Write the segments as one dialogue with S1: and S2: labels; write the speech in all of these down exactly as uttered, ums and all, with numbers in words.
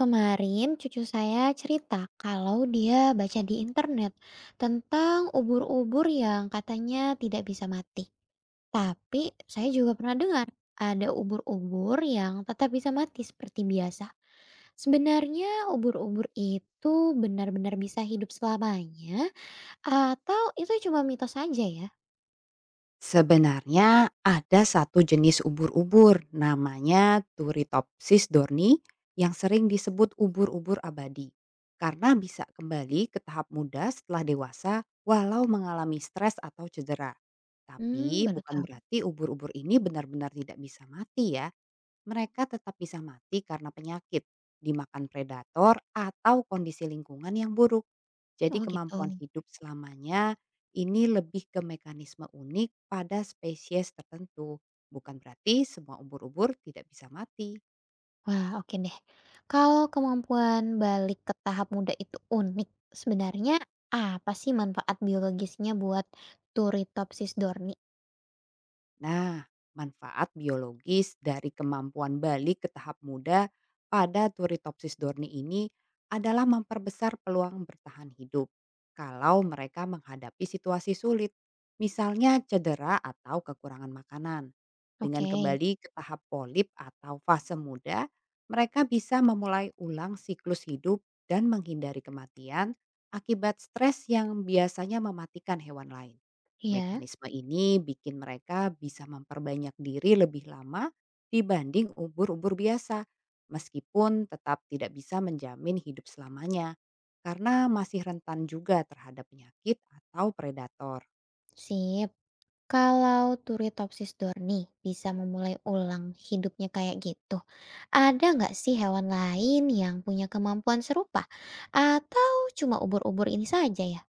S1: Kemarin cucu saya cerita kalau dia baca di internet tentang ubur-ubur yang katanya tidak bisa mati. Tapi saya juga pernah dengar ada ubur-ubur yang tetap bisa mati seperti biasa. Sebenarnya ubur-ubur itu benar-benar bisa hidup selamanya atau itu cuma mitos saja ya?
S2: Sebenarnya ada satu jenis ubur-ubur namanya Turritopsis dorni yang sering disebut ubur-ubur abadi karena bisa kembali ke tahap muda setelah dewasa walau mengalami stres atau cedera.
S1: Hmm,
S2: Tapi
S1: baru
S2: bukan
S1: tahu.
S2: berarti ubur-ubur ini benar-benar tidak bisa mati ya. Mereka tetap bisa mati karena penyakit, dimakan predator atau kondisi lingkungan yang buruk. Jadi
S1: Oh
S2: kemampuan
S1: gitu.
S2: hidup selamanya ini lebih ke mekanisme unik pada spesies tertentu, bukan berarti semua ubur-ubur tidak bisa mati.
S1: Wah, oke deh. Kalau kemampuan balik ke tahap muda itu unik, sebenarnya apa sih manfaat biologisnya buat Turritopsis dorni?
S2: Nah, manfaat biologis dari kemampuan balik ke tahap muda pada Turritopsis dorni ini adalah memperbesar peluang bertahan hidup kalau mereka menghadapi situasi sulit, misalnya cedera atau kekurangan makanan. Dengan
S1: Oke,
S2: kembali ke tahap polip atau fase muda, mereka bisa memulai ulang siklus hidup dan menghindari kematian akibat stres yang biasanya mematikan hewan lain.
S1: iya,
S2: Mekanisme ini bikin mereka bisa memperbanyak diri lebih lama dibanding ubur-ubur biasa, meskipun tetap tidak bisa menjamin hidup selamanya karena masih rentan juga terhadap penyakit atau predator.
S1: sip. Kalau Turritopsis dorni bisa memulai ulang hidupnya kayak gitu, ada nggak sih hewan lain yang punya kemampuan serupa? Atau cuma ubur-ubur ini saja ya?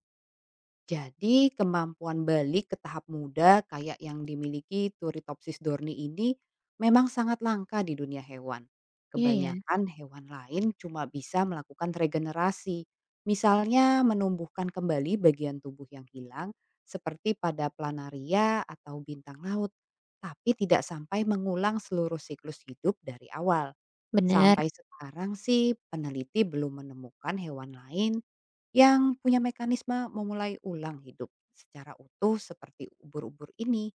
S2: Jadi kemampuan balik ke tahap muda kayak yang dimiliki Turritopsis dorni ini memang sangat langka di dunia hewan.
S1: Iya ya,
S2: Kebanyakan hewan lain cuma bisa melakukan regenerasi, misalnya menumbuhkan kembali bagian tubuh yang hilang seperti pada planaria atau bintang laut, tapi tidak sampai mengulang seluruh siklus hidup dari awal.
S1: benar.
S2: Sampai sekarang sih peneliti belum menemukan hewan lain yang punya mekanisme memulai ulang hidup secara utuh seperti ubur-ubur ini,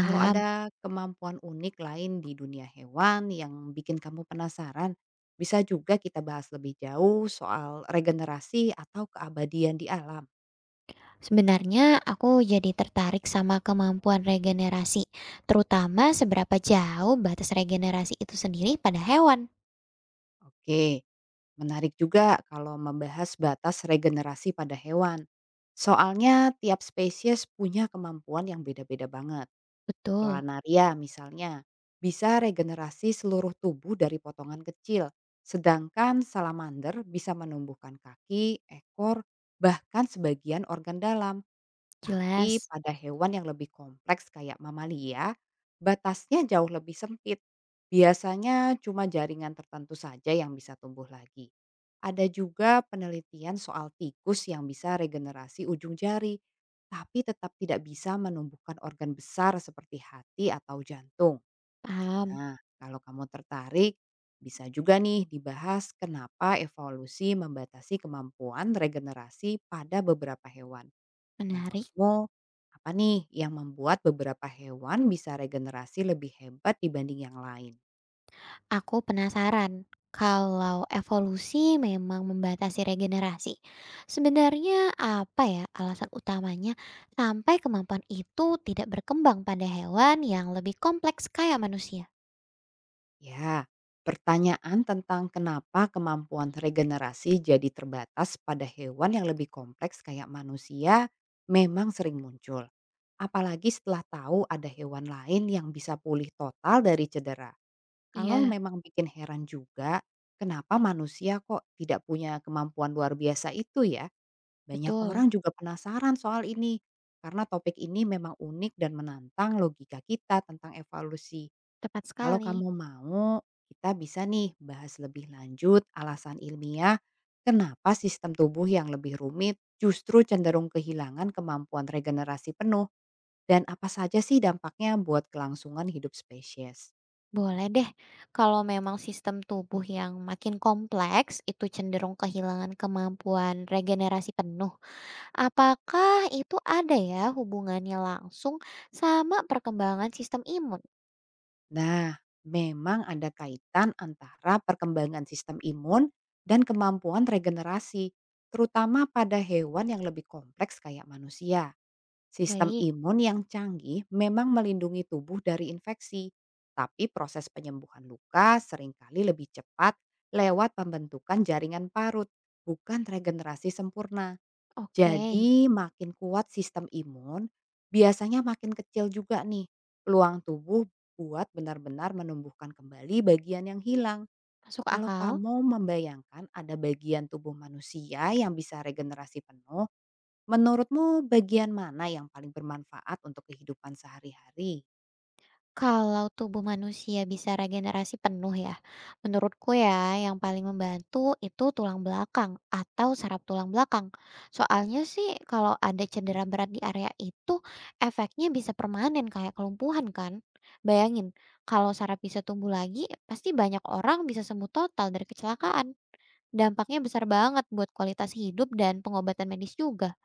S2: kalau ada kemampuan unik lain di dunia hewan yang bikin kamu penasaran, bisa juga kita bahas lebih jauh soal regenerasi atau keabadian di alam.
S1: Sebenarnya aku jadi tertarik sama kemampuan regenerasi, terutama seberapa jauh batas regenerasi itu sendiri pada hewan.
S2: Oke, menarik juga kalau membahas batas regenerasi pada hewan. Soalnya tiap spesies punya kemampuan yang beda-beda banget.
S1: Betul,
S2: Planaria misalnya, bisa regenerasi seluruh tubuh dari potongan kecil, sedangkan salamander bisa menumbuhkan kaki, ekor, bahkan sebagian organ dalam. Tapi
S1: jelas,
S2: pada hewan yang lebih kompleks kayak mamalia, batasnya jauh lebih sempit. Biasanya cuma jaringan tertentu saja yang bisa tumbuh lagi. Ada juga penelitian soal tikus yang bisa regenerasi ujung jari, tapi tetap tidak bisa menumbuhkan organ besar seperti hati atau jantung.
S1: paham,
S2: Nah, kalau kamu tertarik, bisa juga nih dibahas kenapa evolusi membatasi kemampuan regenerasi pada beberapa hewan.
S1: menarik.
S2: Menurutmu, apa nih yang membuat beberapa hewan bisa regenerasi lebih hebat dibanding yang lain?
S1: Aku penasaran kalau evolusi memang membatasi regenerasi. Sebenarnya apa ya alasan utamanya sampai kemampuan itu tidak berkembang pada hewan yang lebih kompleks kayak manusia?
S2: Ya, pertanyaan tentang kenapa kemampuan regenerasi jadi terbatas pada hewan yang lebih kompleks kayak manusia memang sering muncul. Apalagi setelah tahu ada hewan lain yang bisa pulih total dari cedera. Kalau
S1: Iya,
S2: memang bikin heran juga, kenapa manusia kok tidak punya kemampuan luar biasa itu ya? Banyak
S1: betul,
S2: orang juga penasaran soal ini, karena topik ini memang unik dan menantang logika kita tentang evolusi.
S1: tepat
S2: Kalau
S1: sekali.
S2: kamu mau, kita bisa nih bahas lebih lanjut alasan ilmiah kenapa sistem tubuh yang lebih rumit justru cenderung kehilangan kemampuan regenerasi penuh dan apa saja sih dampaknya buat kelangsungan hidup spesies.
S1: Boleh deh, kalau memang sistem tubuh yang makin kompleks itu cenderung kehilangan kemampuan regenerasi penuh. Apakah itu ada ya hubungannya langsung sama perkembangan sistem imun?
S2: Nah, memang ada kaitan antara perkembangan sistem imun dan kemampuan regenerasi, terutama pada hewan yang lebih kompleks kayak manusia. Sistem
S1: Baik,
S2: imun yang canggih memang melindungi tubuh dari infeksi, tapi proses penyembuhan luka seringkali lebih cepat lewat pembentukan jaringan parut, bukan regenerasi sempurna.
S1: oke,
S2: Jadi makin kuat sistem imun, biasanya makin kecil juga nih peluang tubuh buat benar-benar menumbuhkan kembali bagian yang hilang.
S1: masuk
S2: Kalau
S1: akal.
S2: kamu membayangkan ada bagian tubuh manusia yang bisa regenerasi penuh, menurutmu bagian mana yang paling bermanfaat untuk kehidupan sehari-hari?
S1: Kalau tubuh manusia bisa regenerasi penuh ya, menurutku ya yang paling membantu itu tulang belakang atau saraf tulang belakang. Soalnya sih kalau ada cedera berat di area itu efeknya bisa permanen kayak kelumpuhan kan. Bayangin, kalau saraf bisa tumbuh lagi, pasti banyak orang bisa sembuh total dari kecelakaan. Dampaknya besar banget buat kualitas hidup dan pengobatan medis juga.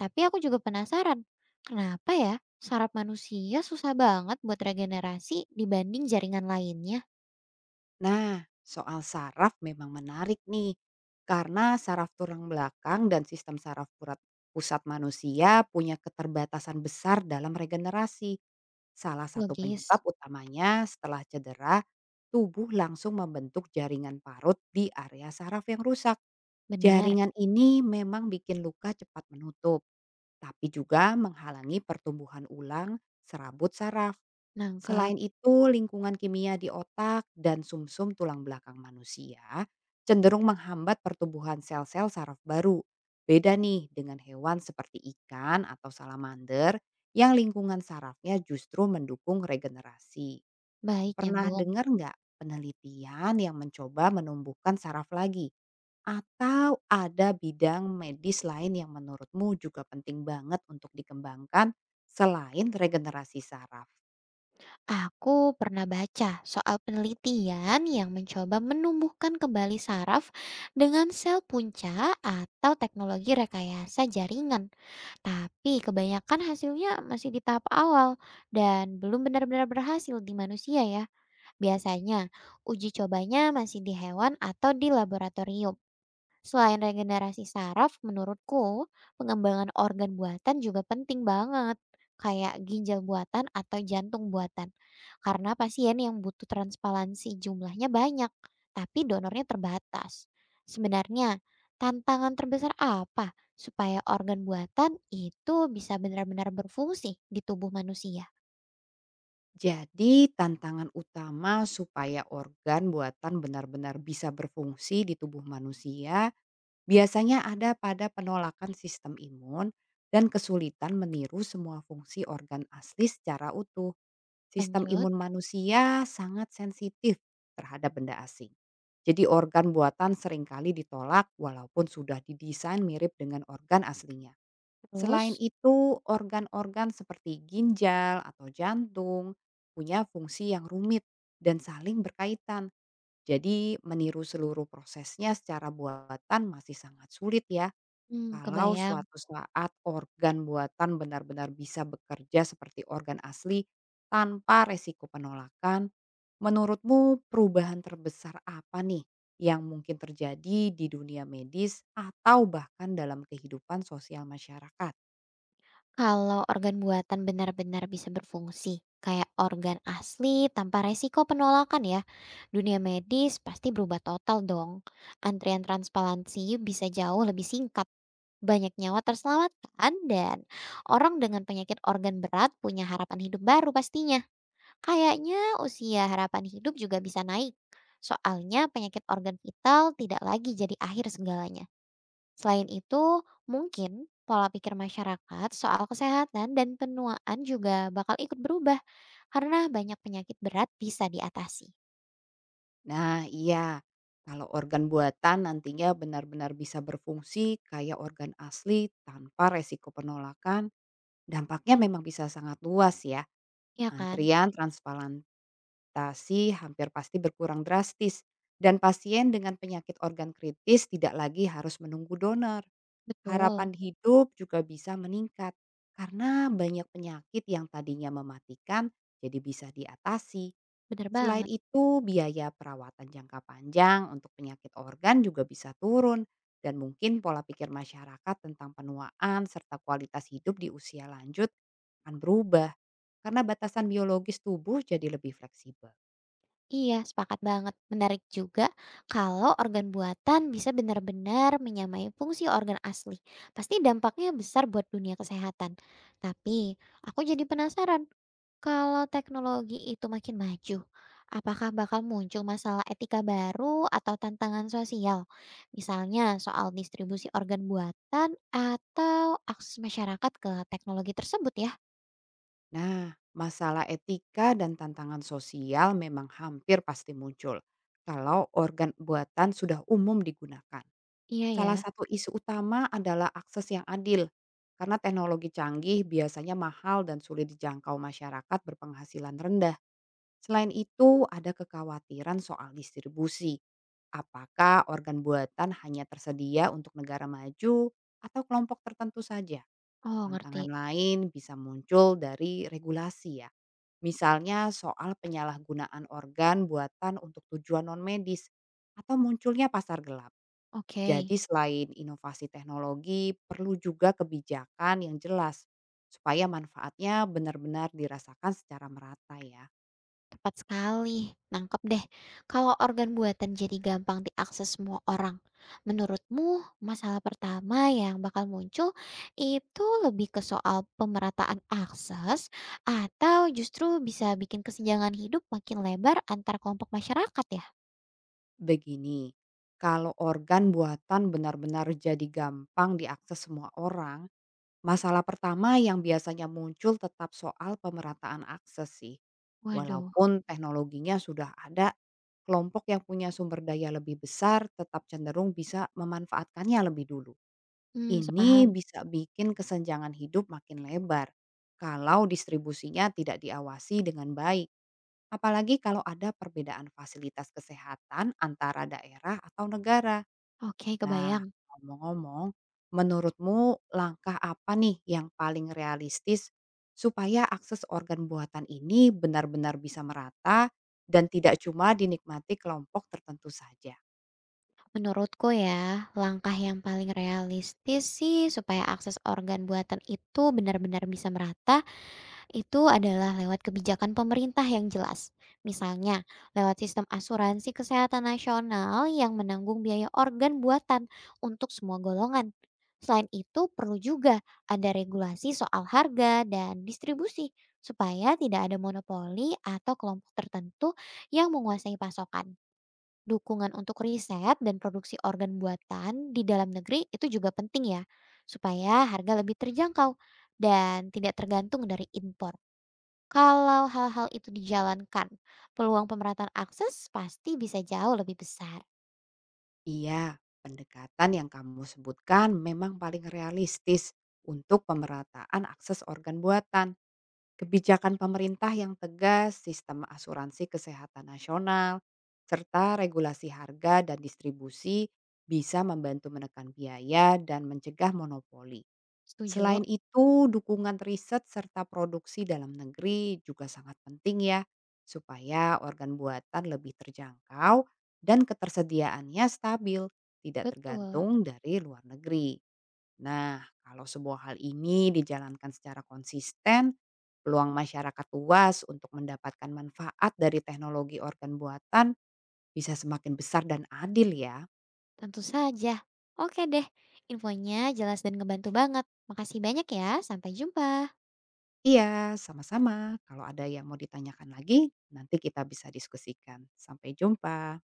S1: Tapi aku juga penasaran, kenapa ya saraf manusia susah banget buat regenerasi dibanding jaringan lainnya?
S2: Nah, soal saraf memang menarik nih. Karena saraf tulang belakang dan sistem saraf purat- pusat manusia punya keterbatasan besar dalam regenerasi. Salah satu penyebab
S1: Logis,
S2: utamanya setelah cedera, tubuh langsung membentuk jaringan parut di area saraf yang rusak.
S1: benar,
S2: Jaringan ini memang bikin luka cepat menutup, tapi juga menghalangi pertumbuhan ulang serabut saraf.
S1: nangkap.
S2: Selain itu, lingkungan kimia di otak dan sumsum tulang belakang manusia cenderung menghambat pertumbuhan sel-sel saraf baru. Beda nih dengan hewan seperti ikan atau salamander yang lingkungan sarafnya justru mendukung regenerasi.
S1: Baik,
S2: Pernah
S1: nyambung.
S2: dengar nggak penelitian yang mencoba menumbuhkan saraf lagi? Atau ada bidang medis lain yang menurutmu juga penting banget untuk dikembangkan selain regenerasi saraf?
S1: Aku pernah baca soal penelitian yang mencoba menumbuhkan kembali saraf dengan sel punca atau teknologi rekayasa jaringan. Tapi kebanyakan hasilnya masih di tahap awal dan belum benar-benar berhasil di manusia ya. Biasanya, uji cobanya masih di hewan atau di laboratorium. Selain regenerasi saraf, menurutku pengembangan organ buatan juga penting banget. Kayak ginjal buatan atau jantung buatan. Karena pasien yang butuh transplantasi jumlahnya banyak, tapi donornya terbatas. Sebenarnya, tantangan terbesar apa supaya organ buatan itu bisa benar-benar berfungsi di tubuh manusia?
S2: Jadi tantangan utama supaya organ buatan benar-benar bisa berfungsi di tubuh manusia biasanya ada pada penolakan sistem imun dan kesulitan meniru semua fungsi organ asli secara utuh. Sistem
S1: Lanjut,
S2: imun manusia sangat sensitif terhadap benda asing. Jadi organ buatan seringkali ditolak walaupun sudah didesain mirip dengan organ aslinya. Selain
S1: terus,
S2: itu, organ-organ seperti ginjal atau jantung punya fungsi yang rumit dan saling berkaitan. Jadi, meniru seluruh prosesnya secara buatan masih sangat sulit ya.
S1: hmm,
S2: Kalau
S1: kebayang.
S2: suatu saat organ buatan benar-benar bisa bekerja seperti organ asli tanpa resiko penolakan, menurutmu perubahan terbesar apa nih yang mungkin terjadi di dunia medis atau bahkan dalam kehidupan sosial masyarakat?
S1: Kalau organ buatan benar-benar bisa berfungsi, kayak organ asli tanpa resiko penolakan ya, dunia medis pasti berubah total dong. Antrian transplantasi bisa jauh lebih singkat, banyak nyawa terselamatkan, dan orang dengan penyakit organ berat punya harapan hidup baru pastinya. Kayaknya usia harapan hidup juga bisa naik. Soalnya penyakit organ vital tidak lagi jadi akhir segalanya. Selain itu, mungkin pola pikir masyarakat soal kesehatan dan penuaan juga bakal ikut berubah karena banyak penyakit berat bisa diatasi.
S2: Nah, iya. Kalau organ buatan nantinya benar-benar bisa berfungsi kayak organ asli tanpa resiko penolakan, dampaknya memang bisa sangat luas ya.
S1: Ya kan?
S2: Antrian transplantasi hampir pasti berkurang drastis dan pasien dengan penyakit organ kritis tidak lagi harus menunggu donor.
S1: Betul,
S2: Harapan hidup juga bisa meningkat karena banyak penyakit yang tadinya mematikan jadi bisa diatasi.
S1: bener
S2: Selain
S1: banget.
S2: itu, biaya perawatan jangka panjang untuk penyakit organ juga bisa turun dan mungkin pola pikir masyarakat tentang penuaan serta kualitas hidup di usia lanjut akan berubah karena batasan biologis tubuh jadi lebih fleksibel.
S1: Iya, sepakat banget. Menarik juga kalau organ buatan bisa benar-benar menyamai fungsi organ asli. Pasti dampaknya besar buat dunia kesehatan. Tapi aku jadi penasaran, kalau teknologi itu makin maju, apakah bakal muncul masalah etika baru atau tantangan sosial? Misalnya soal distribusi organ buatan atau akses masyarakat ke teknologi tersebut ya?
S2: Nah, masalah etika dan tantangan sosial memang hampir pasti muncul kalau organ buatan sudah umum digunakan.
S1: Iya
S2: Salah
S1: ya.
S2: satu isu utama adalah akses yang adil, karena teknologi canggih biasanya mahal dan sulit dijangkau masyarakat berpenghasilan rendah. Selain itu, ada kekhawatiran soal distribusi. Apakah organ buatan hanya tersedia untuk negara maju atau kelompok tertentu saja?
S1: Oh, ngerti.
S2: Tantangan lain bisa muncul dari regulasi ya. Misalnya soal penyalahgunaan organ buatan untuk tujuan non medis atau munculnya pasar gelap. Jadi
S1: Oke.
S2: selain inovasi teknologi, perlu juga kebijakan yang jelas supaya manfaatnya benar-benar dirasakan secara merata ya.
S1: Tepat sekali, nangkep deh. Kalau organ buatan jadi gampang diakses semua orang, menurutmu masalah pertama yang bakal muncul itu lebih ke soal pemerataan akses atau justru bisa bikin kesenjangan hidup makin lebar antar kelompok masyarakat ya?
S2: Begini, kalau organ buatan benar-benar jadi gampang diakses semua orang, masalah pertama yang biasanya muncul tetap soal pemerataan akses sih.
S1: Waduh,
S2: Walaupun teknologinya sudah ada, kelompok yang punya sumber daya lebih besar tetap cenderung bisa memanfaatkannya lebih dulu.
S1: hmm,
S2: Ini
S1: sepaham.
S2: bisa bikin kesenjangan hidup makin lebar kalau distribusinya tidak diawasi dengan baik, apalagi kalau ada perbedaan fasilitas kesehatan antara daerah atau negara.
S1: Oke,
S2: Nah,
S1: kebayang.
S2: ngomong-ngomong, menurutmu langkah apa nih yang paling realistis supaya akses organ buatan ini benar-benar bisa merata dan tidak cuma dinikmati kelompok tertentu saja?
S1: Menurutku ya, langkah yang paling realistis sih supaya akses organ buatan itu benar-benar bisa merata itu adalah lewat kebijakan pemerintah yang jelas. Misalnya, lewat sistem asuransi kesehatan nasional yang menanggung biaya organ buatan untuk semua golongan. Selain itu, perlu juga ada regulasi soal harga dan distribusi supaya tidak ada monopoli atau kelompok tertentu yang menguasai pasokan. Dukungan untuk riset dan produksi organ buatan di dalam negeri itu juga penting ya, supaya harga lebih terjangkau dan tidak tergantung dari impor. Kalau hal-hal itu dijalankan, peluang pemerataan akses pasti bisa jauh lebih besar.
S2: Iya, pendekatan yang kamu sebutkan memang paling realistis untuk pemerataan akses organ buatan. Kebijakan pemerintah yang tegas, sistem asuransi kesehatan nasional, serta regulasi harga dan distribusi bisa membantu menekan biaya dan mencegah monopoli.
S1: Setuju?
S2: Selain itu, dukungan riset serta produksi dalam negeri juga sangat penting ya, supaya organ buatan lebih terjangkau dan ketersediaannya stabil, tidak
S1: Betul,
S2: tergantung dari luar negeri. Nah, kalau sebuah hal ini dijalankan secara konsisten, peluang masyarakat luas untuk mendapatkan manfaat dari teknologi organ buatan bisa semakin besar dan adil ya.
S1: tentu saja. Oke deh, infonya jelas dan ngebantu banget. Makasih banyak ya, sampai jumpa.
S2: Iya, sama-sama. Kalau ada yang mau ditanyakan lagi, nanti kita bisa diskusikan. Sampai jumpa.